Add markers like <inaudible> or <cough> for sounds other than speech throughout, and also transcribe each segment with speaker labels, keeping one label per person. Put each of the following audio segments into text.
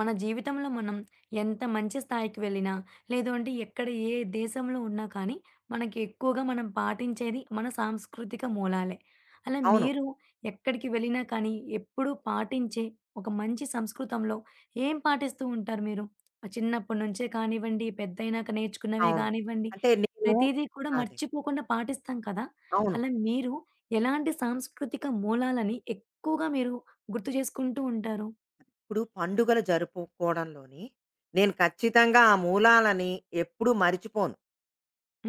Speaker 1: మన జీవితంలో మనం ఎంత మంచి స్థాయికి వెళ్ళినా, లేదు అంటే ఎక్కడ ఏ దేశంలో ఉన్నా కానీ, మనకి ఎక్కువగా మనం పాటించేది మన సాంస్కృతిక మూలాలే. అలా
Speaker 2: అవును.
Speaker 1: మీరు ఎక్కడికి వెళ్ళినా కానీ, ఎప్పుడూ పాటించే ఒక మంచి సంస్కృతంలో ఏం పాటిస్తూ ఉంటారు మీరు? చిన్నప్పటి నుంచే కానివ్వండి, పెద్దయినాక నేర్చుకున్నవే
Speaker 2: అవును.
Speaker 1: కానివ్వండి,
Speaker 2: అంటే నేను
Speaker 1: ప్రతీదీ కూడా
Speaker 2: అదే.
Speaker 1: మర్చిపోకుండా పాటిస్తాం కదా!
Speaker 2: అవును.
Speaker 1: అలా మీరు ఎలాంటి సాంస్కృతిక మూలాలని ఎక్కువగా మీరు గుర్తు చేసుకుంటూ ఉంటారు?
Speaker 2: ఇప్పుడు పండుగలు జరుపుకోవడంలోని నేను ఖచ్చితంగా ఆ మూలాలని ఎప్పుడూ మరిచిపోను.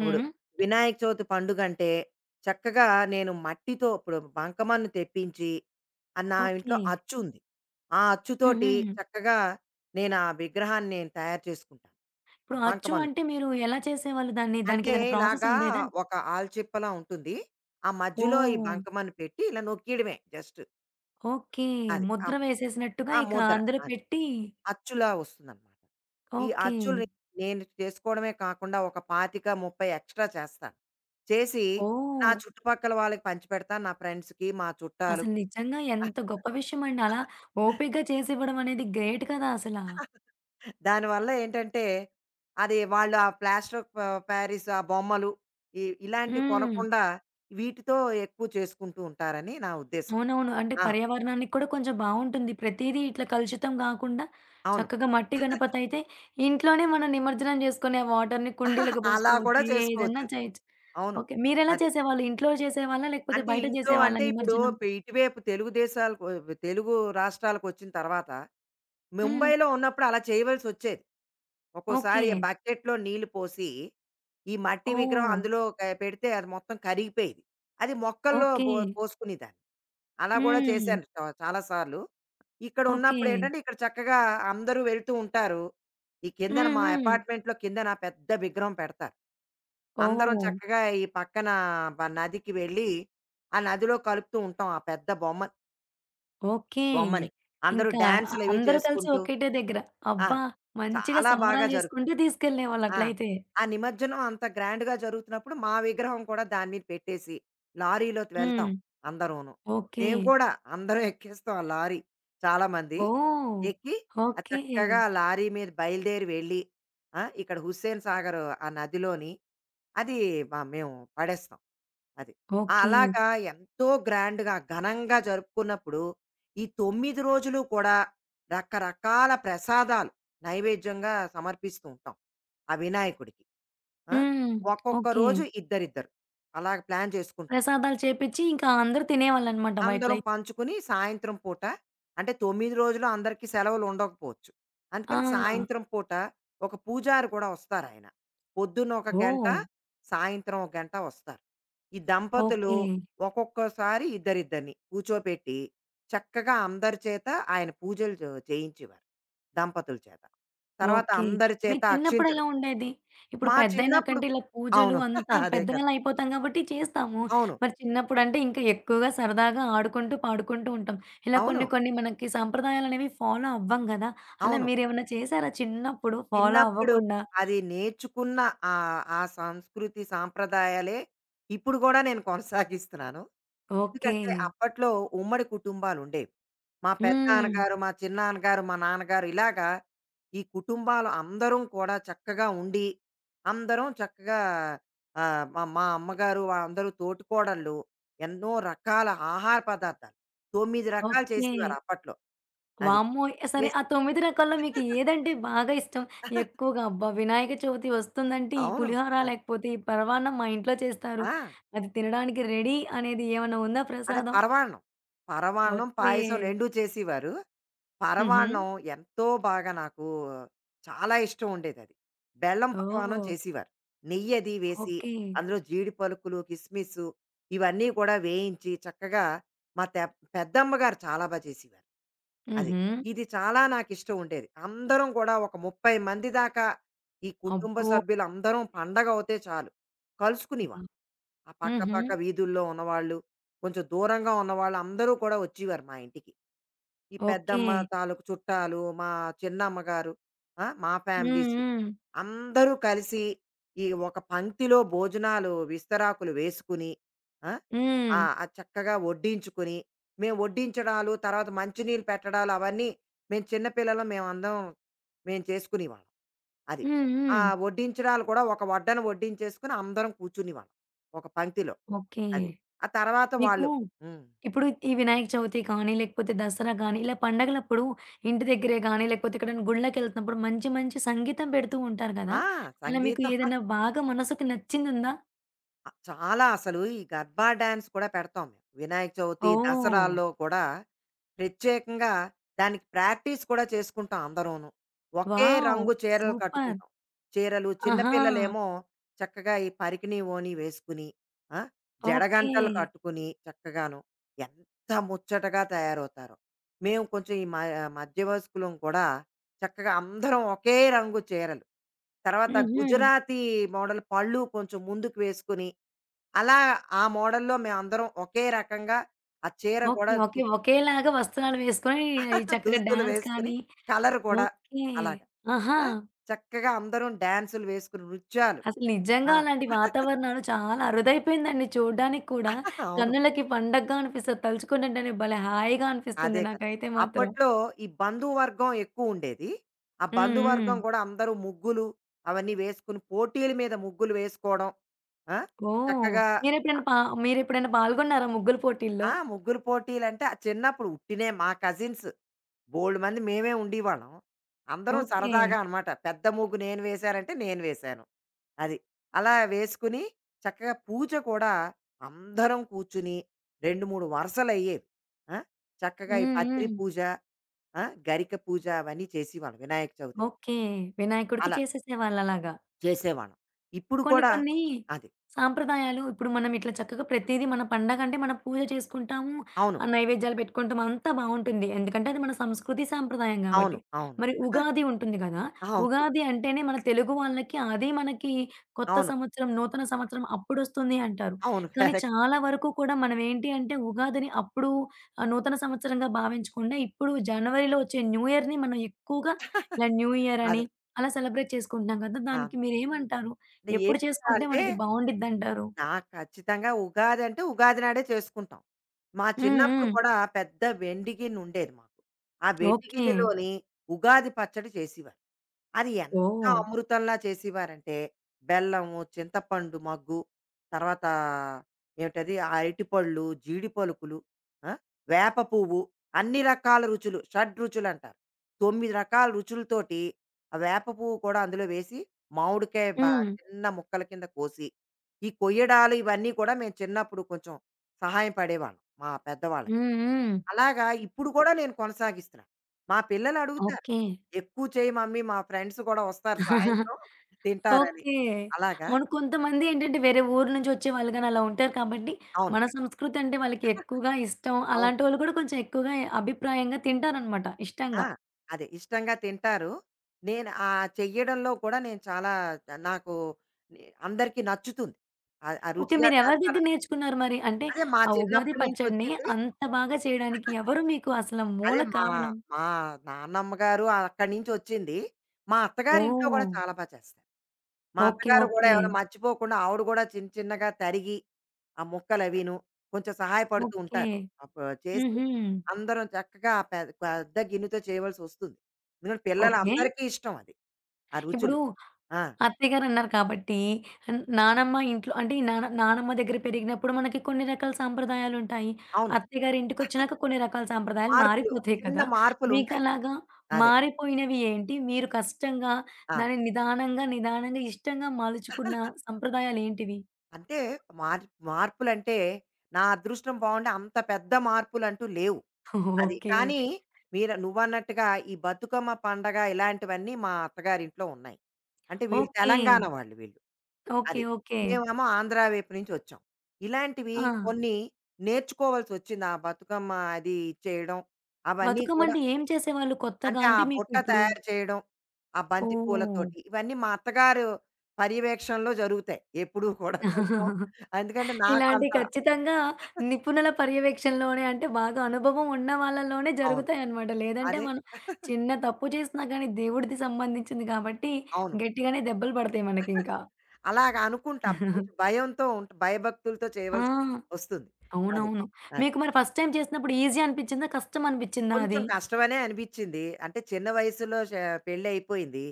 Speaker 2: ఇప్పుడు వినాయక చవితి పండుగంటే చక్కగా నేను మట్టితో ఇప్పుడు బంకమన్ను తెప్పించి ఆహ్, నా ఇంట్లో
Speaker 1: ఓకే.
Speaker 2: అచ్చు ఉంది. ఆ అచ్చుతోటి
Speaker 1: హుహు.
Speaker 2: చక్కగా నేను ఆ విగ్రహాన్ని నేను తయారు చేసుకుంటాను. ఆ
Speaker 1: ఇప్పుడు అచ్చు అంటే
Speaker 2: బంకమన్నుతోటి.
Speaker 1: మీరు ఎలా చేసేవాళ్ళు దాన్ని?
Speaker 2: అంటే
Speaker 1: దానికేదైనా ప్రాసెస్
Speaker 2: ఇలాగా
Speaker 1: ఉండేదా?
Speaker 2: ఒక ఆల్చిప్పలా ఉంటుంది. ఆ మధ్యలో ఈ
Speaker 1: ఓహ్!
Speaker 2: బంకమన్ను పెట్టి ఇలా నొక్కియడమే జస్ట్.
Speaker 1: ఓకే.
Speaker 2: అది. ఆ
Speaker 1: ముద్ర వేసేసినట్టుగా
Speaker 2: ఆ!
Speaker 1: ఇక
Speaker 2: ముద్ర.
Speaker 1: అందులో
Speaker 2: అది.
Speaker 1: పెట్టి
Speaker 2: అచ్చులా వస్తుందనమాట. ఈ
Speaker 1: ఓకే.
Speaker 2: అచ్చుల్ని నేను చేసుకోవడమే కాకుండా ఒక 25, 30 ఎక్స్‌ట్రా చేస్తాను. చేసి నా
Speaker 1: ఓహ్!
Speaker 2: చుట్టుపక్కల వాళ్ళకి పంచిపెడతాను. నా ఫ్రెండ్స్‌కి, మా
Speaker 1: అసలు
Speaker 2: చుట్టాలకి.
Speaker 1: నిజంగా ఎంత గొప్ప విషయమండి. అలా ఓపికగా చేసివ్వడం అనేది గ్రేట్ కదా అసల.
Speaker 2: దానివల్ల ఏంటంటే, అది వాళ్ళు ఆ ప్లాస్టర్ ఆఫ్ ప్యారిస్ ఆ బొమ్మలు ఇలాంటివి
Speaker 1: హ్మ్.
Speaker 2: కొనకుండా వీటితో ఎక్కువ చేసుకుంటూ ఉంటారని నా ఉద్దేశం.
Speaker 1: అవునవును. అంటే
Speaker 2: ఆ!
Speaker 1: పర్యావరణానికి కూడా కొంచెం బావుంటుంది. ప్రతీదీ ఇట్లా కలుషితం గాకుండా
Speaker 2: అవును.
Speaker 1: చక్కగా మట్టి గణపతయితే ఇంట్లోనే మనం నిమజ్జనం జేసుకునే వాటర్‌ని
Speaker 2: <laughs>
Speaker 1: కుండీలకి
Speaker 2: అలా కూడా
Speaker 1: పోసుకోవచ్చు. ఏదన్నా
Speaker 2: చేసుకోవచ్చు.
Speaker 1: చేయొచ్చు.
Speaker 2: అవును.
Speaker 1: ఓకే. మీరెలా
Speaker 2: అదే.
Speaker 1: చేసేవాళ్ళు? ఇంట్లో చేసేవాళ్ళా? లేకపోతే
Speaker 2: అంటే
Speaker 1: బయట
Speaker 2: ఇంట్లో
Speaker 1: చేసేవాళ్ళా
Speaker 2: అంటే ఇప్పుడు
Speaker 1: నిమజ్జనం?
Speaker 2: ఇటువైపు తెలుగు దేశాలకు తెలుగు రాష్ట్రాలకు వచ్చిన తర్వాత
Speaker 1: హ్మ్.
Speaker 2: ముంబైలో ఉన్నప్పుడు అలా చేయవలసి వచ్చేది
Speaker 1: ఓకే.
Speaker 2: ఒక్కోసారి ఆ బకెట్‌లో నీళ్లు పోసి, ఈ మట్టి విగ్రహం
Speaker 1: ఓహ్!
Speaker 2: అందులో పెడితే అది మొత్తం కరిగిపోయేది. అది మొక్కల్లో
Speaker 1: ఓకే.
Speaker 2: పోసుకునేదాన్ని. అలా కూడా
Speaker 1: హ్మ్.
Speaker 2: చేశాను చాలా సార్లు.
Speaker 1: ఓకే.
Speaker 2: ఇక్కడున్నప్పుడు ఏంటంటే, ఇక్కడ చక్కగా అందరూ వెళ్తూ ఉంటారు. ఈ కిందన
Speaker 1: హ్మ్.
Speaker 2: మా
Speaker 1: హ్మ్.
Speaker 2: అపార్ట్మెంట్‌లో కిందన పెద్ద విగ్రహం పెడతారు. అందరం
Speaker 1: ఓహ్!
Speaker 2: చక్కగా ఈ పక్కన నదికి వెళ్ళి, ఆ నదిలో కలుపుతూ ఉంటాం ఆ పెద్ద
Speaker 1: ఓకే.
Speaker 2: బొమ్మని. అందరూ
Speaker 1: ఇంకా
Speaker 2: డాన్సులవి
Speaker 1: అందరూ కలిసి
Speaker 2: చేసుకుంటూ
Speaker 1: ఒకటే దగ్గర.
Speaker 2: ఆ!
Speaker 1: అబ్బా! మంచిగా
Speaker 2: చాలా బాగా
Speaker 1: సంబరాలు జేసుకుంటూ
Speaker 2: జరుగుతుంది.
Speaker 1: తీసుకెళ్ళేవాళ్ళు
Speaker 2: ఆ!
Speaker 1: అట్లయితే.
Speaker 2: ఆ నిమజ్జనం అంత గ్రాండ్‌గా జరుగుతున్నప్పుడు మా విగ్రహం కూడా దాని మీద పెట్టేసి, లారీలోకి వెళ్తాం
Speaker 1: హ్మ్.
Speaker 2: అందరూను.
Speaker 1: ఓకే.
Speaker 2: మేము కూడా అందరం ఎక్కేస్తాం ఆ లారీ చాలామంది.
Speaker 1: ఓహ్!
Speaker 2: ఎక్కి ఆ
Speaker 1: ఓకే.
Speaker 2: చక్కగా ఆ లారీ మీద బయలుదేరి వెళ్ళి, ఆ! ఇక్కడ హుస్సేన్ సాగర్ ఆ నదిలోని అది మేము పడేస్తాం. అది. ఆ
Speaker 1: ఓకే.
Speaker 2: అలాగా ఎంతో గ్రాండ్‌గా, ఘనంగా జరుపుకున్నప్పుడు, ఈ 9 రోజులు కూడా రకరకాల ప్రసాదాలు నైవేద్యంగా సమర్పిస్తూ ఉంటాం. ఆ వినాయకుడికి. ఆ!
Speaker 1: హ్మ్.
Speaker 2: ఒక్కొక్క
Speaker 1: ఓకే.
Speaker 2: రోజు ఇద్దరిద్దరు. అలాగ ప్లాన్ చేసుకుంటాం.
Speaker 1: ప్రసాదాలు చేపిచ్చి ఇంకా అందరూ తినేవాళ్ళనమాట
Speaker 2: అందరం
Speaker 1: వాటిలయి.
Speaker 2: పంచుకుని సాయంత్రం పూట అంటే 9 రోజులు అందరికీ సెలవులు ఉండకపోవచ్చు.
Speaker 1: ఆ!
Speaker 2: అందుకని సాయంత్రం పూట ఒక పూజారి కూడా వస్తారాయన. పొద్దున్న ఒక గంట,
Speaker 1: ఓహ్!
Speaker 2: సాయంత్రం ఒక గంట వస్తారు. ఈ దంపతులు
Speaker 1: ఓకే.
Speaker 2: ఒక్కొక్కసారి ఇద్దరిద్దరిని కూర్చోపెట్టి చక్కగా అందరి చేత ఆయన పూజలు చేయించేవారు. దంపతుల చేత. తర్వాత
Speaker 1: ఓకే.
Speaker 2: అందరి
Speaker 1: మీ
Speaker 2: చేత అక్షింతలు
Speaker 1: చిన్నప్పుడెలా ఉండేది? ఇప్పుడు
Speaker 2: మా చిన్నప్పుడు
Speaker 1: పెద్దయినాకంటే ఇలా పూజలు
Speaker 2: అవును.
Speaker 1: అంతా
Speaker 2: <laughs> అదే కదా!
Speaker 1: పెద్దవాళ్ళయిపోతాం కాబట్టి చేస్తాము.
Speaker 2: అవును.
Speaker 1: మరి చిన్నప్పుడంటే ఇంకా ఎక్కువగా సరదాగా ఆడుకుంటూ, పాడుకుంటూ ఉంటాం. ఇలా
Speaker 2: అవును.
Speaker 1: కొన్ని కొన్ని మనకి సంప్రదాయాలనేవి ఫాలో అవ్వం గదా! అలా
Speaker 2: అవును.
Speaker 1: మీరేమన్నా చేసారా చిన్నప్పుడు ఫాలో
Speaker 2: చిన్నప్పుడు
Speaker 1: అవ్వకుండా?
Speaker 2: అది నేర్చుకున్న ఆ ఆ సంస్కృతి, సాంప్రదాయాలే ఇప్పుడు గూడా నేను కొనసాగిస్తున్నాను.
Speaker 1: ఓకే.
Speaker 2: ఎందుకంటే అప్పట్లో ఉమ్మడి కుటుంబాలుండేవి. మా
Speaker 1: హ్మ్.
Speaker 2: పెద్దనాన్నగారు, మా చిన్నాన్నగారు, మా నాన్నగారు ఇలాగా ఈ కుటుంబాలు అందరం కూడా చక్కగా ఉండి, అందరం చక్కగా ఆహ్, మా మా అమ్మగారు వాళ్ళందరూ తోటికోడళ్ళు ఎన్నో రకాల ఆహార పదార్థాలు 9 రకాలు
Speaker 1: ఓకే.
Speaker 2: చేసేవారు అప్పట్లో. అది.
Speaker 1: వామ్మో! సరే ఆ
Speaker 2: చేసి
Speaker 1: 9 రకాల్లో మీకు
Speaker 2: <laughs>
Speaker 1: ఏదంటే బాగా ఇష్టం? ఎక్కువగా అబ్బా! వినాయక చవితి వస్తుందంటే ఈ
Speaker 2: అవును.
Speaker 1: పులిహోర,
Speaker 2: అది.
Speaker 1: లేకపోతే ఈ పరమాన్నం మా ఇంట్లో చేస్తారు.
Speaker 2: ఆ!
Speaker 1: అది తినడానికి రెడీ అనేది ఏమన్నా ఉందా
Speaker 2: అదే
Speaker 1: ప్రసాదం?
Speaker 2: పరమాన్నం. పరమాన్నం,
Speaker 1: ఓకే.
Speaker 2: పాయసం 2 చేసేవారు.
Speaker 1: హుహు.
Speaker 2: పరమాన్నం ఎంతో బాగా నాకు చాలా ఇష్టం ఉండేదది. బెల్లం పరమాన్నం
Speaker 1: ఓహ్!
Speaker 2: చేసేవారు. నెయ్యది వేసి,
Speaker 1: ఓకే.
Speaker 2: అందులో జీడి పలుకులు, కిస్మిసు ఇవన్నీ కూడా వేయించి చక్కగా మా పెద్దమ్మ గారు చాలా బా చేసేవారు. అది.
Speaker 1: హుహు.
Speaker 2: ఇది చాలా నాకిష్టం ఉండేది. అందరం కూడా ఒక 30 మంది దాకా ఈ కుటుంబ
Speaker 1: అబ్బో!
Speaker 2: సభ్యులందరం పండగవుతే చాలు కలుసుకునేవాళ్ళం. ఆ పక్క
Speaker 1: హుహు.
Speaker 2: పక్క వీధుల్లో ఉన్నవాళ్ళు, కొంచెం దూరంగా ఉన్నవాళ్ళు అందరూ కూడా వచ్చేవారు మా ఇంటికి. ఈ
Speaker 1: ఓకే.
Speaker 2: పెద్దమ్మ తాలూకు చుట్టాలు, మా చిన్నమ్మగారు, ఆ! మా
Speaker 1: హ్మ్.
Speaker 2: ఫ్యామిలీసు
Speaker 1: హ్మ్.
Speaker 2: అందరూ కలిసి ఈ ఒక పంక్తిలో భోజనాలు విస్తరాకులు వేసుకుని, ఆ!
Speaker 1: హ్మ్.
Speaker 2: ఆ! అది చక్కగా వడ్డించుకుని, మేము వడ్డించడాలు, తర్వాత మంచినీళ్ళు పెట్టడాలు అవన్నీ మేము చిన్న పిల్లలం మేమందరం మేము చేసుకునేవాళ్ళం. అది.
Speaker 1: హ్మ్.
Speaker 2: ఆ
Speaker 1: హ్మ్.
Speaker 2: వడ్డించడాలు కూడా ఒక వడ్డన వడ్డించేసుకొని అందరం కూర్చునేవాళ్ళం. ఒక పంక్తిలో.
Speaker 1: ఓకే.
Speaker 2: అది. ఆ తర్వాత
Speaker 1: మీకు
Speaker 2: వాళ్ళు హ్మ్.
Speaker 1: ఇప్పుడు ఈ వినాయక చవితి కానీ, లేకపోతే దసరా గానీ, ఇలా పండగలప్పుడు ఇంటి దగ్గరే గానీ, లేకపోతే ఎక్కడైనా గుళ్ళకెళ్తున్నప్పుడు మంచి మంచి సంగీతం పెడుతూ ఉంటారు గదా!
Speaker 2: ఆ!
Speaker 1: అలా మీకు
Speaker 2: సంగీతం
Speaker 1: ఏదైనా బాగా మనసుకు నచ్చిందుందా?
Speaker 2: అ చాలా అసలు ఈ గర్బా డాన్స్ కూడా పెడతాం మేము. వినాయక చవితి,
Speaker 1: ఓహ్!
Speaker 2: దసరాల్లో కూడా ప్రత్యేకంగా దానికి ప్రాక్టీస్ కూడా చేసుకుంటాం అందరూను. ఒకే
Speaker 1: వావ్!
Speaker 2: రంగు చీరలు
Speaker 1: సూపర్.
Speaker 2: కట్టుకుంటాం. చీరలు చిన్న
Speaker 1: ఆహా!
Speaker 2: పిల్లలేమో చక్కగా ఈ పరికిణి, ఓణి వేసుకుని, ఆ!
Speaker 1: ఓకే.
Speaker 2: జడగంటలు కట్టుకుని చక్కగాను ఎంత ముచ్చటగా తయారవుతారో. మేము కొంచెం ఈ మధ్య వయస్కులం కూడా చక్కగా అందరం ఒకే రంగు చీరలు. తర్వాత
Speaker 1: హుహు.
Speaker 2: గుజరాతీ మోడల్ పళ్ళు కొంచెం ముందుకు వేసుకుని అలా ఆ మోడల్‌లో మేమందరం ఒకే రకంగా ఆ చీర
Speaker 1: ఓకే.
Speaker 2: కూడా
Speaker 1: ఓకే.
Speaker 2: చుట్టి
Speaker 1: ఒకేలాగా వస్త్రాలు వేసుకొని ఈ
Speaker 2: <laughs>
Speaker 1: చక్కగా
Speaker 2: దుస్తులు
Speaker 1: డాన్స్
Speaker 2: వేసుకొని,
Speaker 1: కానీ
Speaker 2: కలర్ కూడా
Speaker 1: ఓకే.
Speaker 2: అలాగా.
Speaker 1: ఆహా!
Speaker 2: ఆ! చక్కగా అందరం డాన్సులు వేసుకుని, నృత్యాలు.
Speaker 1: అసలు నిజంగా
Speaker 2: ఆ!
Speaker 1: అలాంటి
Speaker 2: <laughs>
Speaker 1: వాతావరణాలు చాలా అరుదైపోయిందండి చూడ్డానికి కూడా.
Speaker 2: అవును.
Speaker 1: కన్నులకి పండగగా అనిపిస్తది. తలుచుకుంటుంటేనే భలే హాయిగా
Speaker 2: అదే
Speaker 1: అనిపిస్తుంది
Speaker 2: కదా!
Speaker 1: నాకైతే మాత్రం.
Speaker 2: అప్పట్లో ఈ బంధువర్గం ఎక్కువుండేది. ఆ
Speaker 1: హ్మ్. హ్మ్.
Speaker 2: బంధువర్గం కూడా అందరూ ముగ్గులు అవన్నీ వేసుకుని, పోటీల మీద ముగ్గులు వేసుకోవడం. ఆ!
Speaker 1: ఓహ్!
Speaker 2: చక్కగా
Speaker 1: మీరెప్పుడైనా పా మీరెప్పుడైనా పాల్గొన్నారా ముగ్గుల పోటీల్లో?
Speaker 2: ఆ! ముగ్గుల పోటీలంటే, చిన్నప్పుడు ఉట్టినే మా కజిన్స్ బోలెడు మంది మేమే ఉండేవాళ్ళం. అందరం
Speaker 1: ఓకే.
Speaker 2: సరదాగా అనమాట. పెద్ద ముగ్గు నేను వేశానంటే నేను వేశాను. అది. అలా వేసుకుని చక్కగా పూజ కూడా అందరం కూర్చుని 2, 3 వరసలయ్యేవి. ఆ! చక్కగా ఈ
Speaker 1: హ్మ్.
Speaker 2: పత్రి
Speaker 1: హ్మ్.
Speaker 2: పూజ, ఆ! గరిక పూజ అవన్నీ చేసేవాళ్ళం వినాయక చవితికి.
Speaker 1: ఓకే. వినాయకుడికి
Speaker 2: అలా
Speaker 1: చేసేసేవాళ్ళలాగా.
Speaker 2: చేసేవాళ్ళం. ఇప్పుడు
Speaker 1: కొన్ని
Speaker 2: కూడా
Speaker 1: కొన్ని
Speaker 2: అది.
Speaker 1: సాంప్రదాయాలు ఇప్పుడు మనం ఇట్లా చక్కగా ప్రతీదీ మన పండగంటే మనం పూజ చేసుకుంటాము.
Speaker 2: అవును.
Speaker 1: ఆ నైవేద్యాలు పెట్టుకుంటాం అంతా బావుంటుంది. ఎందుకంటే అది మన సంస్కృతి, సాంప్రదాయం
Speaker 2: అవును.
Speaker 1: గాబట్టి.
Speaker 2: అవును.
Speaker 1: మరి
Speaker 2: <laughs>
Speaker 1: ఉగాది ఉంటుంది గదా!
Speaker 2: అవును.
Speaker 1: ఉగాది అంటేనే మన తెలుగు వాళ్ళకి అదే మనకి కొత్త
Speaker 2: అవును.
Speaker 1: సంవత్సరం, నూతన సంవత్సరం అప్పుడొస్తుంది అంటారు.
Speaker 2: అవును.
Speaker 1: కానీ
Speaker 2: కరెక్ట్.
Speaker 1: చాలా వరకు కూడా మనం ఏంటి అంటే ఉగాదిని అప్పుడు నూతన సంవత్సరంగా భావించకుండా ఇప్పుడు జనవరిలో వచ్చే న్యూ ఇయర్‌ని మనం ఎక్కువగా ఇలా
Speaker 2: <laughs>
Speaker 1: న్యూ ఇయర్
Speaker 2: అదే.
Speaker 1: అని అలా సెలబ్రేట్ చేసుకుంటున్నాం గదా!
Speaker 2: అవును.
Speaker 1: దానికి మీరేమంటారు?
Speaker 2: అంటే
Speaker 1: ఎప్పుడు చేసుకుంటే
Speaker 2: ఏంటంటే
Speaker 1: మనకి బావుండిద్దంటారు?
Speaker 2: ఆ! ఖచ్చితంగా. ఉగాది అంటే ఉగాది నాడే చేసుకుంటాం. మా
Speaker 1: హ్మ్.
Speaker 2: చిన్నప్పుడు
Speaker 1: హ్మ్.
Speaker 2: కూడా పెద్ద వెండి గిన్నుండేది మాకు. ఆ వెండి
Speaker 1: ఓకే.
Speaker 2: గిన్నెలోని ఉగాది పచ్చడి చేసేవారు. అది ఎంత
Speaker 1: ఓహ్!
Speaker 2: అమృతంలా చేసేవారంటే, బెల్లము, చింతపండు మగ్గు, తర్వాత ఏమిటది ఆ అరటిపళ్ళు, జీడి పలుకులు, ఆ! వేప పువ్వు అన్ని రకాల రుచులు, షడ్‌రుచులంటారు. 9 రకాల రుచులతోటి ఆ వేప పువ్వు కూడా అందులో వేసి, మామిడికాయ
Speaker 1: హ్మ్.
Speaker 2: చిన్న ముక్కల కింద కోసి, ఈ కొయ్యడాలు ఇవన్నీ కూడా మేము చిన్నప్పుడు కొంచెం సహాయం పడేవాళ్ళం మా పెద్దవాళ్ళకి.
Speaker 1: హ్మ్. హ్మ్.
Speaker 2: అలాగా ఇప్పుడు కూడా నేను కొనసాగిస్తున్నా. మా పిల్లలు అడుగుతారు.
Speaker 1: ఓకే.
Speaker 2: "ఎక్కువ చెయ్యి మమ్మీ" మా ఫ్రెండ్స్ కూడా వస్తారు సాయంత్రం తింటారని.
Speaker 1: ఓకే.
Speaker 2: అలాగా.
Speaker 1: అవును. కొంతమంది ఏంటంటే వేరే ఊరు నుంచి వచ్చేవాళ్ళు గాని అలా ఉంటారు కాబట్టి,
Speaker 2: అవును.
Speaker 1: మన సంస్కృతి అంటే వాళ్ళకి ఎక్కువగా ఇష్టం.
Speaker 2: అవును.
Speaker 1: అలాంటి వాళ్ళు కూడా కొంచెం ఎక్కువగా అభిప్రాయంగా తింటారనమాట
Speaker 2: ఆ!
Speaker 1: ఇష్టంగా.
Speaker 2: అదే ఇష్టంగా తింటారు. నేను ఆ చెయ్యడంలో కూడా నేను చాలా నాకు నే అందరికీ నచ్చుతుంది. ఆ ఆ
Speaker 1: ఓకే.
Speaker 2: రుచిగా
Speaker 1: మీరు ఎవరి
Speaker 2: చేస్తాను.
Speaker 1: దగ్గర నేర్చుకున్నారు మరి? అంటే
Speaker 2: అదే మా
Speaker 1: ఆ ఉగాది
Speaker 2: చిన్నప్పటి నుంచి
Speaker 1: పచ్చడిని
Speaker 2: వచ్చింది.
Speaker 1: అంత బాగా చేయడానికి ఎవరు మీకు అసలు
Speaker 2: అదే
Speaker 1: మూల
Speaker 2: మా
Speaker 1: కారణం?
Speaker 2: మా నాన్నమ్మ గారు అక్కడి నుంచి వచ్చింది. మా అత్తగారింట్లో కూడా
Speaker 1: ఓహ్!
Speaker 2: చాలా బా చేస్తారు. మా
Speaker 1: ఓకే.
Speaker 2: అత్తగారు గూడా
Speaker 1: ఓకే.
Speaker 2: ఏమైనా మర్చిపోకుండా ఆవిడ గూడా చిన్న చిన్నగా తరిగి, ఆ ముక్కలవీను కొంచెం సహాయపడుతూ
Speaker 1: ఓకే.
Speaker 2: ఉంటారు. అప్పుడు చేసి
Speaker 1: హుహు.
Speaker 2: అందరం చక్కగా పెద్ద పెద్ద గిన్నెతో చేయవలసొస్తుంది. ఎందుకంటే
Speaker 1: ఓకే.
Speaker 2: పిల్లలందరికీ ఇష్టం అది. ఆ
Speaker 1: ఇప్పుడు
Speaker 2: రుచులు. ఆ!
Speaker 1: అత్తయ్యగారన్నారు కాబట్టి నానమ్మ ఇంట్లో అంటే నాన్న నానమ్మ దగ్గర పెరిగినప్పుడు మనకి కొన్ని రకాల సాంప్రదాయాలుంటాయి.
Speaker 2: అవును.
Speaker 1: అత్తయ్యగారి ఇంటికొచ్చినాక కొన్ని రకాల సాంప్రదాయాలు
Speaker 2: మార్పులు
Speaker 1: మారిపోతాయి
Speaker 2: చిన్న
Speaker 1: కదా!
Speaker 2: మార్పులుంటాయి.
Speaker 1: మీకలాగా
Speaker 2: అదే.
Speaker 1: మారిపోయినవి ఏంటి? మీరు కష్టంగా
Speaker 2: అవును.
Speaker 1: దాన్ని నిదానంగా, నిదానంగా ఇష్టంగా మలుచుకున్న సంప్రదాయాలేంటివి?
Speaker 2: అంటే మార్ మార్పులంటే నా అదృష్టం బావుండి అంత పెద్ద మార్పులంటూ లేవు. అది.
Speaker 1: ఓకే.
Speaker 2: కానీ మీరు నువ్వన్నట్టుగా ఈ బతుకమ్మ పండగ ఇలాంటివన్నీ మా అత్తగారింట్లో ఉన్నాయి. అంటే వీళ్ళు
Speaker 1: ఓకే.
Speaker 2: తెలంగాణ వాళ్ళు వీళ్ళు.
Speaker 1: ఓకే.
Speaker 2: అది.
Speaker 1: ఓకే.
Speaker 2: మేమేమో ఆంధ్ర వైపు నుంచి వచ్చాం. ఇలాంటివి
Speaker 1: ఆ!
Speaker 2: కొన్ని నేర్చుకోవాల్సొచ్చింది. ఆ బతుకమ్మ అది చేయడం. అవన్నీ
Speaker 1: బతుకమ్మ
Speaker 2: కూడా
Speaker 1: అంటే ఏం చేసేవాళ్ళు కొత్తగా?
Speaker 2: అంటే ఆ
Speaker 1: అంటే మీకు
Speaker 2: బుట్ట
Speaker 1: ఇప్పుడు
Speaker 2: తయారు చేయడం. ఆ బంతి
Speaker 1: ఓహ్!
Speaker 2: పూలతోటి. ఇవన్నీ మా అత్తగారు పర్యవేక్షణలో జరుగుతాయి. ఎప్పుడూ కూడా కొంచెం.
Speaker 1: <laughs>
Speaker 2: ఎందుకంటే నాకు
Speaker 1: ఇలాంటివి
Speaker 2: అంత
Speaker 1: ఖచ్చితంగా
Speaker 2: <laughs>
Speaker 1: నిపుణుల పర్యవేక్షణలోనే అంటే బాగా అనుభవం ఉన్న వాళ్ళలోనే
Speaker 2: అవును.
Speaker 1: జరుగుతాయన్నమాట. లేదంటే
Speaker 2: అదే.
Speaker 1: మనం
Speaker 2: <laughs>
Speaker 1: చిన్న తప్పు చేసినా గానీ దేవుడిది సంబంధించింది కాబట్టి
Speaker 2: అవును.
Speaker 1: గట్టిగానే దెబ్బలు పడతాయి మనకింకా.
Speaker 2: అలాగ అనుకుంటాం. కొంచెం భయంతో ఉంట భయభక్తులతో
Speaker 1: ఆ!
Speaker 2: చేయవలసి వస్తుంది. అది.
Speaker 1: అవునవును.
Speaker 2: అది.
Speaker 1: మీకు మరి ఫస్ట్ టైమ్ చేసినప్పుడు ఈజీ అనిపిచ్చిందా? కష్టం అనిపిచ్చిందా
Speaker 2: కొంచెం
Speaker 1: అది?
Speaker 2: కష్టమనే అనిపించింది. అంటే చిన్న వయసులో పెళ్ళయిపోయింది.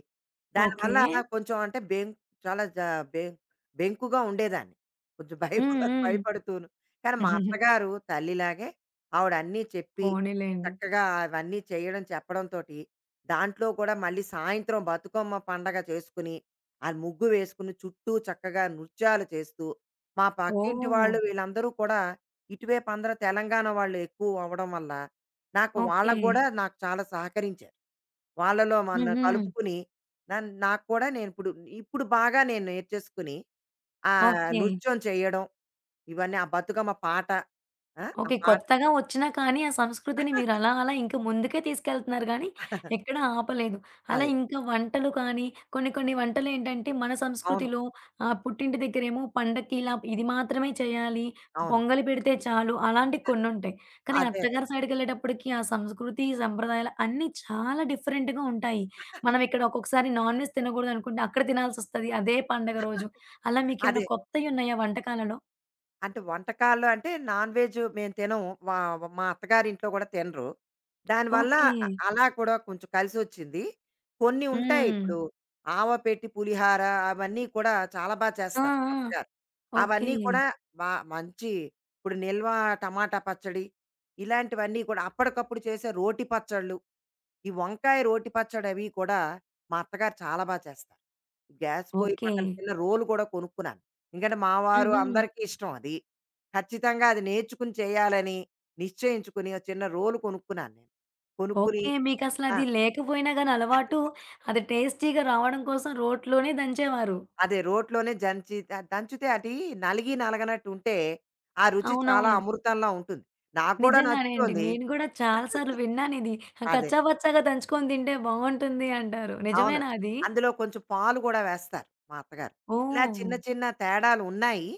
Speaker 1: ఓకే.
Speaker 2: దానివల్ల కొంచెం అంటే బెం చాలా జ బెం బెంకుగా ఉండేదాన్ని. కొంచెం <laughs>
Speaker 1: హ్మ్.
Speaker 2: భయపడుతూను. కానీ మా
Speaker 1: హ్మ్. <laughs>
Speaker 2: అత్తగారు తల్లిలాగే ఆవిడ అన్నీ చెప్పి,
Speaker 1: పోనీలెండి.
Speaker 2: చక్కగా అవన్నీ చేయడం చెప్పడంతోటి, దాంట్లో కూడా మళ్ళీ సాయంత్రం బతుకమ్మ పండగ చేసుకుని, ఆ ముగ్గు వేసుకుని చుట్టూ చక్కగా నృత్యాలు చేస్తూ, మా పక్కింటి
Speaker 1: ఓహ్!
Speaker 2: వాళ్ళు వీళ్ళందరూ కూడా ఇటువైపు అందరూ తెలంగాణ వాళ్ళు ఎక్కువ అవ్వడం వల్ల నాకు
Speaker 1: ఓకే.
Speaker 2: వాళ్ళకు కూడా నాకు చాలా సహకరించారు. వాళ్ళలో మన
Speaker 1: హుహు.
Speaker 2: కలుపుకుని నాకు కూడా నేను ఇప్పుడు ఇప్పుడు బాగా నేను నేర్చేసుకుని ఆ
Speaker 1: ఓకే.
Speaker 2: నృత్యం చేయడం, ఇవన్నీ ఆ బతుకమ్మ పాట. ఆ! ఆ
Speaker 1: ఓకే.
Speaker 2: పాట
Speaker 1: కొత్తగా వచ్చినా కానీ, ఆ సంస్కృతిని మీరు అలా అలా ఇంకా ముందుకే తీసుకెళ్తున్నారు గానీ, ఎక్కడ ఆపలేదు. అలా
Speaker 2: అదే.
Speaker 1: ఇంకా వంటలు కానీ, కొన్ని కొన్ని వంటలేంటంటే, మన
Speaker 2: అవును.
Speaker 1: సంస్కృతిలో పుట్టింటి దగ్గరేమో పండక్కి ఇలా ఇది మాత్రమే చేయాలి.
Speaker 2: అవును.
Speaker 1: పొంగలి పెడితే చాలు. అలాంటి కొన్నుంటాయి. కానీ
Speaker 2: అదే కదా!
Speaker 1: అత్తగారి సైడ్‌కెళ్ళేటప్పటికి ఆ సంస్కృతి, సంప్రదాయాలు అన్నీ చాలా డిఫరెంట్‌గా ఉంటాయి. మనం
Speaker 2: <laughs>
Speaker 1: ఇక్కడ ఒక్కొక్కసారి నాన్‌వెజ్ తినకూడదనుకుంటే, అక్కడ తినాల్సొస్తది అదే పండగ రోజు. అలా
Speaker 2: అదే.
Speaker 1: మీకేమైనా కొత్తయున్నాయా వంటకాలలో?
Speaker 2: అంటే వంటకాల్లో అంటే నాన్ వెజ్ మేము తినము. మా మా అత్తగారింట్లో కూడా తినరు. దానివల్ల
Speaker 1: ఓకే.
Speaker 2: అలా కూడా కొంచెం కలిసొచ్చింది. కొన్ని ఉంటాయి
Speaker 1: హ్మ్.
Speaker 2: ఇప్పుడు ఆవ పెట్టి పులిహార అవన్నీ కూడా చాలా బా
Speaker 1: ఆ!
Speaker 2: చేస్తారు మా
Speaker 1: ఆ!
Speaker 2: అత్తగారు.
Speaker 1: ఓకే.
Speaker 2: అవన్నీ కూడా బా మంచి ఇప్పుడు నిల్వ టమాటా పచ్చడి, ఇలాంటివన్నీ కూడా అప్పటికప్పుడు చేసే రోటి పచ్చళ్ళు, ఈ వంకాయ రోటి పచ్చడి అవి కూడా మా అత్తగారు చాలా బా చేస్తారు. గ్యాస్ పొయ్యి
Speaker 1: ఓకే.
Speaker 2: పక్కన చిన్న రోలు కూడా కొనుక్కున్నాను. ఎందుకంటే మా వారు
Speaker 1: హుహు.
Speaker 2: అందరికీ ఇష్టం అది. ఖచ్చితంగా అది నేర్చుకుని చేయాలని నిశ్చయించుకుని ఒక చిన్న రోలు కొనుక్కున్నాను నేను. కొనుక్కుని
Speaker 1: ఓకే.
Speaker 2: ఆ!
Speaker 1: మీకసలది లేకపోయినా గాని అలవాటు అది టేస్టీగా రావడం కోసం రోట్లోనే దంచేవారు.
Speaker 2: అదే రోట్లోనే జంచి ద దంచితే అది నలిగి నలగనట్టుంటే, ఆ రుచి చాలా
Speaker 1: అవునవును.
Speaker 2: అమృతంలా ఉంటుంది. నాకు కూడా
Speaker 1: నిజంగానే అండి.
Speaker 2: నచ్చుతోంది.
Speaker 1: నేను గూడా చాలా సార్లు విన్నానిది. ఆహ్,
Speaker 2: అదే.
Speaker 1: కచ్చా పచ్చాగా దంచుకొని తింటే బావుంటుంది అంటారు.
Speaker 2: అవును.
Speaker 1: నిజమేనా అది?
Speaker 2: అందులో కొంచెం పాలు గూడా వేస్తారు మా అత్తగారు. ఇలా
Speaker 1: ఓహ్!
Speaker 2: చిన్న చిన్న తేడాలు ఉన్నాయి.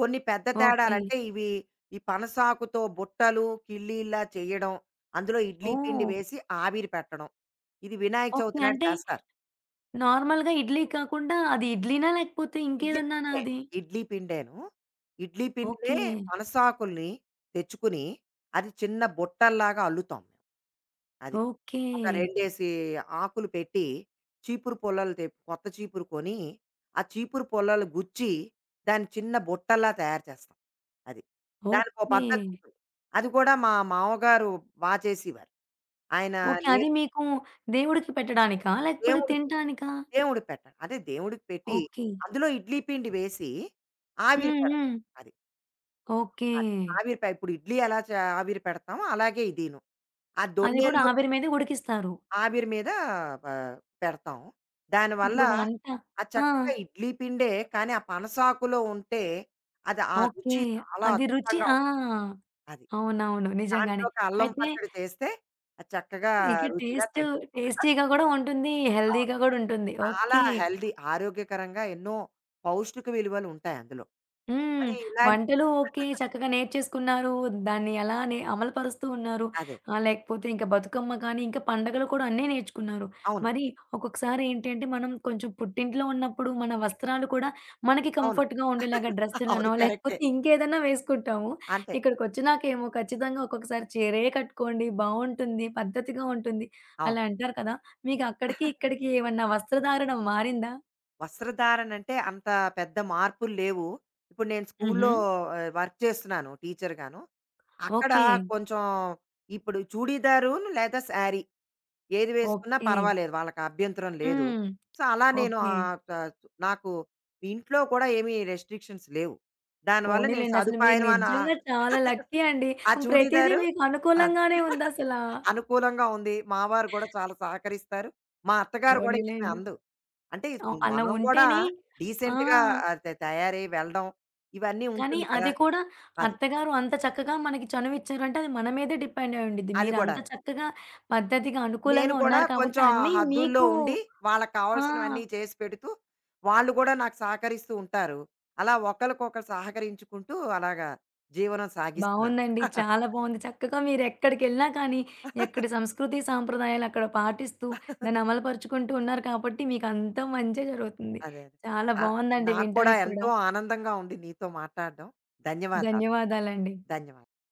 Speaker 2: కొన్ని పెద్ద
Speaker 1: ఓకే.
Speaker 2: తేడాలంటే ఇవి ఈ పనసాకుతో బుట్టలు, కిళ్ళీల్లా చెయ్యడం, అందులో ఇడ్లీ పిండి
Speaker 1: ఓహ్!
Speaker 2: వేసి ఆవిరి పెట్టడం. ఇది వినాయక
Speaker 1: ఓకే.
Speaker 2: చవితి నాడు
Speaker 1: అంటే
Speaker 2: చేస్తారు.
Speaker 1: నార్మల్‌గా ఇడ్లీ కాకుండా అది ఇడ్లీనా? లేకపోతే
Speaker 2: ఇడ్లీ
Speaker 1: ఇంకేదన్నానా
Speaker 2: పిండే.
Speaker 1: అది?
Speaker 2: ఇడ్లీ పిండేను. ఇడ్లీ పిండినే
Speaker 1: ఓకే.
Speaker 2: పనసాకుల్ని తెచ్చుకుని, అది చిన్న బుట్టల్లాగా అల్లుతాం. మేము. అది.
Speaker 1: ఓకే.
Speaker 2: ఒక రెండేసి ఆకులు పెట్టి, చీపురు పుల్లలు కొత్త చీపురు కొని, ఆ చీపురు పుల్లలు గుచ్చి, దాన్ని చిన్న బుట్టల్లా తయారు చేస్తాం. అది. దానికో
Speaker 1: ఓకే.
Speaker 2: పద్ధతి ఉంటుంది. అది కూడా మా మామగారు బా చేసేవారు. ఆయన
Speaker 1: ఓకే. అది
Speaker 2: లేదు
Speaker 1: మీకు దేవుడికి పెట్టడానికా? లేకపోతే
Speaker 2: దేవుడికి,
Speaker 1: తినటానికా?
Speaker 2: పెట్టం. అదే దేవుడికి పెట్టి,
Speaker 1: ఓకే.
Speaker 2: అందులో ఇడ్లీ పిండి వేసి, ఆవిరి
Speaker 1: హ్మ్.
Speaker 2: పెడతాం.
Speaker 1: హ్మ్.
Speaker 2: అది.
Speaker 1: ఓకే.
Speaker 2: అది. ఆవిరి పె ఇప్పుడు ఇడ్లీ ఎలా ఆవిరి పెడతామో అలాగే ఇదీను. ఆ
Speaker 1: అది కూడా
Speaker 2: దొన్నెల్లో
Speaker 1: ఆవిరి మీదే ఉడికిస్తారు.
Speaker 2: ఆవిరి మీద ఆహ్, పెడతాం. దానివల్ల
Speaker 1: ఇప్పుడు వంట
Speaker 2: ఆ
Speaker 1: ఆ!
Speaker 2: చక్కగా ఇడ్లీ పిండే, కానీ ఆ పనసాకులో ఉంటే అది ఆ
Speaker 1: ఓకే.
Speaker 2: రుచి చాలా
Speaker 1: అది రుచి
Speaker 2: అద్భుతంగా
Speaker 1: ఆ!
Speaker 2: ఉంటుంది. అది.
Speaker 1: అవునవును. నిజంగానే.
Speaker 2: దాంట్లోకి అల్లం
Speaker 1: అయితే
Speaker 2: పచ్చడి చేస్తే అది చక్కగా
Speaker 1: ఇక
Speaker 2: రుచిగా
Speaker 1: టేస్ట్
Speaker 2: తింటాం.
Speaker 1: టేస్టీగా గూడా ఉంటుంది.
Speaker 2: అవును.
Speaker 1: హెల్తీగా గూడా ఉంటుంది.
Speaker 2: చాలా
Speaker 1: ఓకే.
Speaker 2: హెల్తీ ఆరోగ్యకరంగా ఎన్నో పౌష్టిక విలువలు ఉంటాయి అందులో.
Speaker 1: హ్మ్.
Speaker 2: అది ఇలాంటి
Speaker 1: వంటలు ఓకే.
Speaker 2: <laughs>
Speaker 1: చక్కగా నేర్చేసుకున్నారు. దాన్ని ఎలా అమలుపరుస్తూ ఉన్నారు.
Speaker 2: అదే.
Speaker 1: ఆహ్, లేకపోతే ఇంకా బతుకమ్మ కానీ, ఇంకా పండగలు కూడా అన్నీ నేర్చుకున్నారు.
Speaker 2: అవును.
Speaker 1: మరి ఒక్కొక్కసారి ఏంటి అంటే, మనం కొంచెం పుట్టింట్లో ఉన్నప్పుడు మన వస్త్రాలు కూడా మనకి
Speaker 2: అవును.
Speaker 1: కంఫర్ట్‌గా ఉండేలాగా
Speaker 2: <laughs> అవును.
Speaker 1: డ్రెస్సులనో,
Speaker 2: కరెక్టే.
Speaker 1: లేకపోతే ఇంకేదైనా వేసుకుంటాము.
Speaker 2: అంతే.
Speaker 1: ఇక్కడికొచ్చినాకేమో ఖచ్చితంగా ఒక్కొక్కసారి చీరే కట్టుకోండి బావుంటుంది, పద్ధతిగా ఉంటుంది
Speaker 2: అవును.
Speaker 1: అలా అంటారు కదా! మీకు అక్కడికి, ఇక్కడికి ఏమన్నా వస్త్రధారణ మారిందా?
Speaker 2: వస్త్రధారణ అంటే అంత పెద్ద మార్పులు లేవు. ఇప్పుడు నేను
Speaker 1: హుహు.
Speaker 2: స్కూల్లో ఆహ్, వర్క్ చేస్తున్నాను టీచర్‌గాను. అక్కడ
Speaker 1: ఓకే.
Speaker 2: కొంచెం ఇప్పుడు చూడీదారును లేదా శారీ ఏది వేసుకున్నా
Speaker 1: ఓకే.
Speaker 2: పర్వాలేదు. వాళ్ళకి అభ్యంతరం లేదు.
Speaker 1: హ్మ్.
Speaker 2: సో, అలా నేను
Speaker 1: ఓకే.
Speaker 2: ఆహ్, త నాకు ఇంట్లో కూడా ఏమీ రెస్ట్రిక్షన్స్ లేవు. దానివల్ల నేను
Speaker 1: పోనీలెండి. అసలు మీరు
Speaker 2: సదుపాయమాన ఆ
Speaker 1: నిజంగా చాలా
Speaker 2: <laughs>
Speaker 1: లక్కీ అండి.
Speaker 2: ఆ
Speaker 1: ప్రతీదీ
Speaker 2: చూడీదారు
Speaker 1: మీకు
Speaker 2: అద్
Speaker 1: అనుకూలంగానే ఉందసలా.
Speaker 2: అనుకూలంగా ఉంది. మా వారు కూడా చాలా సహకరిస్తారు. మా అత్తగారు కూడా ఏమి
Speaker 1: పోనీలెండి.
Speaker 2: అనదు. అంటే
Speaker 1: ఆహ్,
Speaker 2: ఇప్పుడు
Speaker 1: అలా
Speaker 2: మనం కూడా
Speaker 1: ఉంటేనే ఆ!
Speaker 2: డీసెంట్‌గా ఆహ్, తయారై వెళ్ళడం ఇవన్నీ
Speaker 1: కానీ
Speaker 2: ఉంటుంది కదా!
Speaker 1: అది కూడా
Speaker 2: అది.
Speaker 1: అత్తగారు అంత చక్కగా మనకి చనువిచ్చారంటే అది మన మీదే డిపెండ్ అయి ఉండిద్ది.
Speaker 2: అది
Speaker 1: మీరంత
Speaker 2: కూడాను.
Speaker 1: చక్కగా పద్ధతిగా
Speaker 2: నేను
Speaker 1: అనుకూలంగా
Speaker 2: కూడా
Speaker 1: ఉన్నారు కాబట్టి
Speaker 2: కొంచెం ఆ
Speaker 1: అన్నీ
Speaker 2: హద్దుల్లో
Speaker 1: మీకు
Speaker 2: ఉండి, వాళ్ళకి
Speaker 1: ఆ!
Speaker 2: కావాల్సినవన్నీ చేసి పెడుతూ, వాళ్ళు కూడా నాకు సహకరిస్తూ ఉంటారు. అలా ఒకళ్ళకొకళ్ళు సహకరించుకుంటూ అలాగా జీవనం సాగిస్తున్నాను.
Speaker 1: బావుందండి. చాలా బావుంది. చక్కగా మీరెక్కడికెళ్ళినా కానీ, ఎక్కడి
Speaker 2: <laughs>
Speaker 1: సంస్కృతి, సాంప్రదాయాలు అక్కడ పాటిస్తూ, దాన్ని అమలుపరుచుకుంటూ ఉన్నారు కాబట్టి, మీకంతా మంచే జరుగుతుంది.
Speaker 2: అదే. అదే.
Speaker 1: చాలా
Speaker 2: ఆ!
Speaker 1: బావుందండి
Speaker 2: నాకు కూడా
Speaker 1: వినటానికి కూడా.
Speaker 2: ఎంతో ఆనందంగా ఉంది నీతో మాట్లాడడం. ధన్యవాదాలు.
Speaker 1: ధన్యవాదాలండి.
Speaker 2: ధన్యవాదాలు.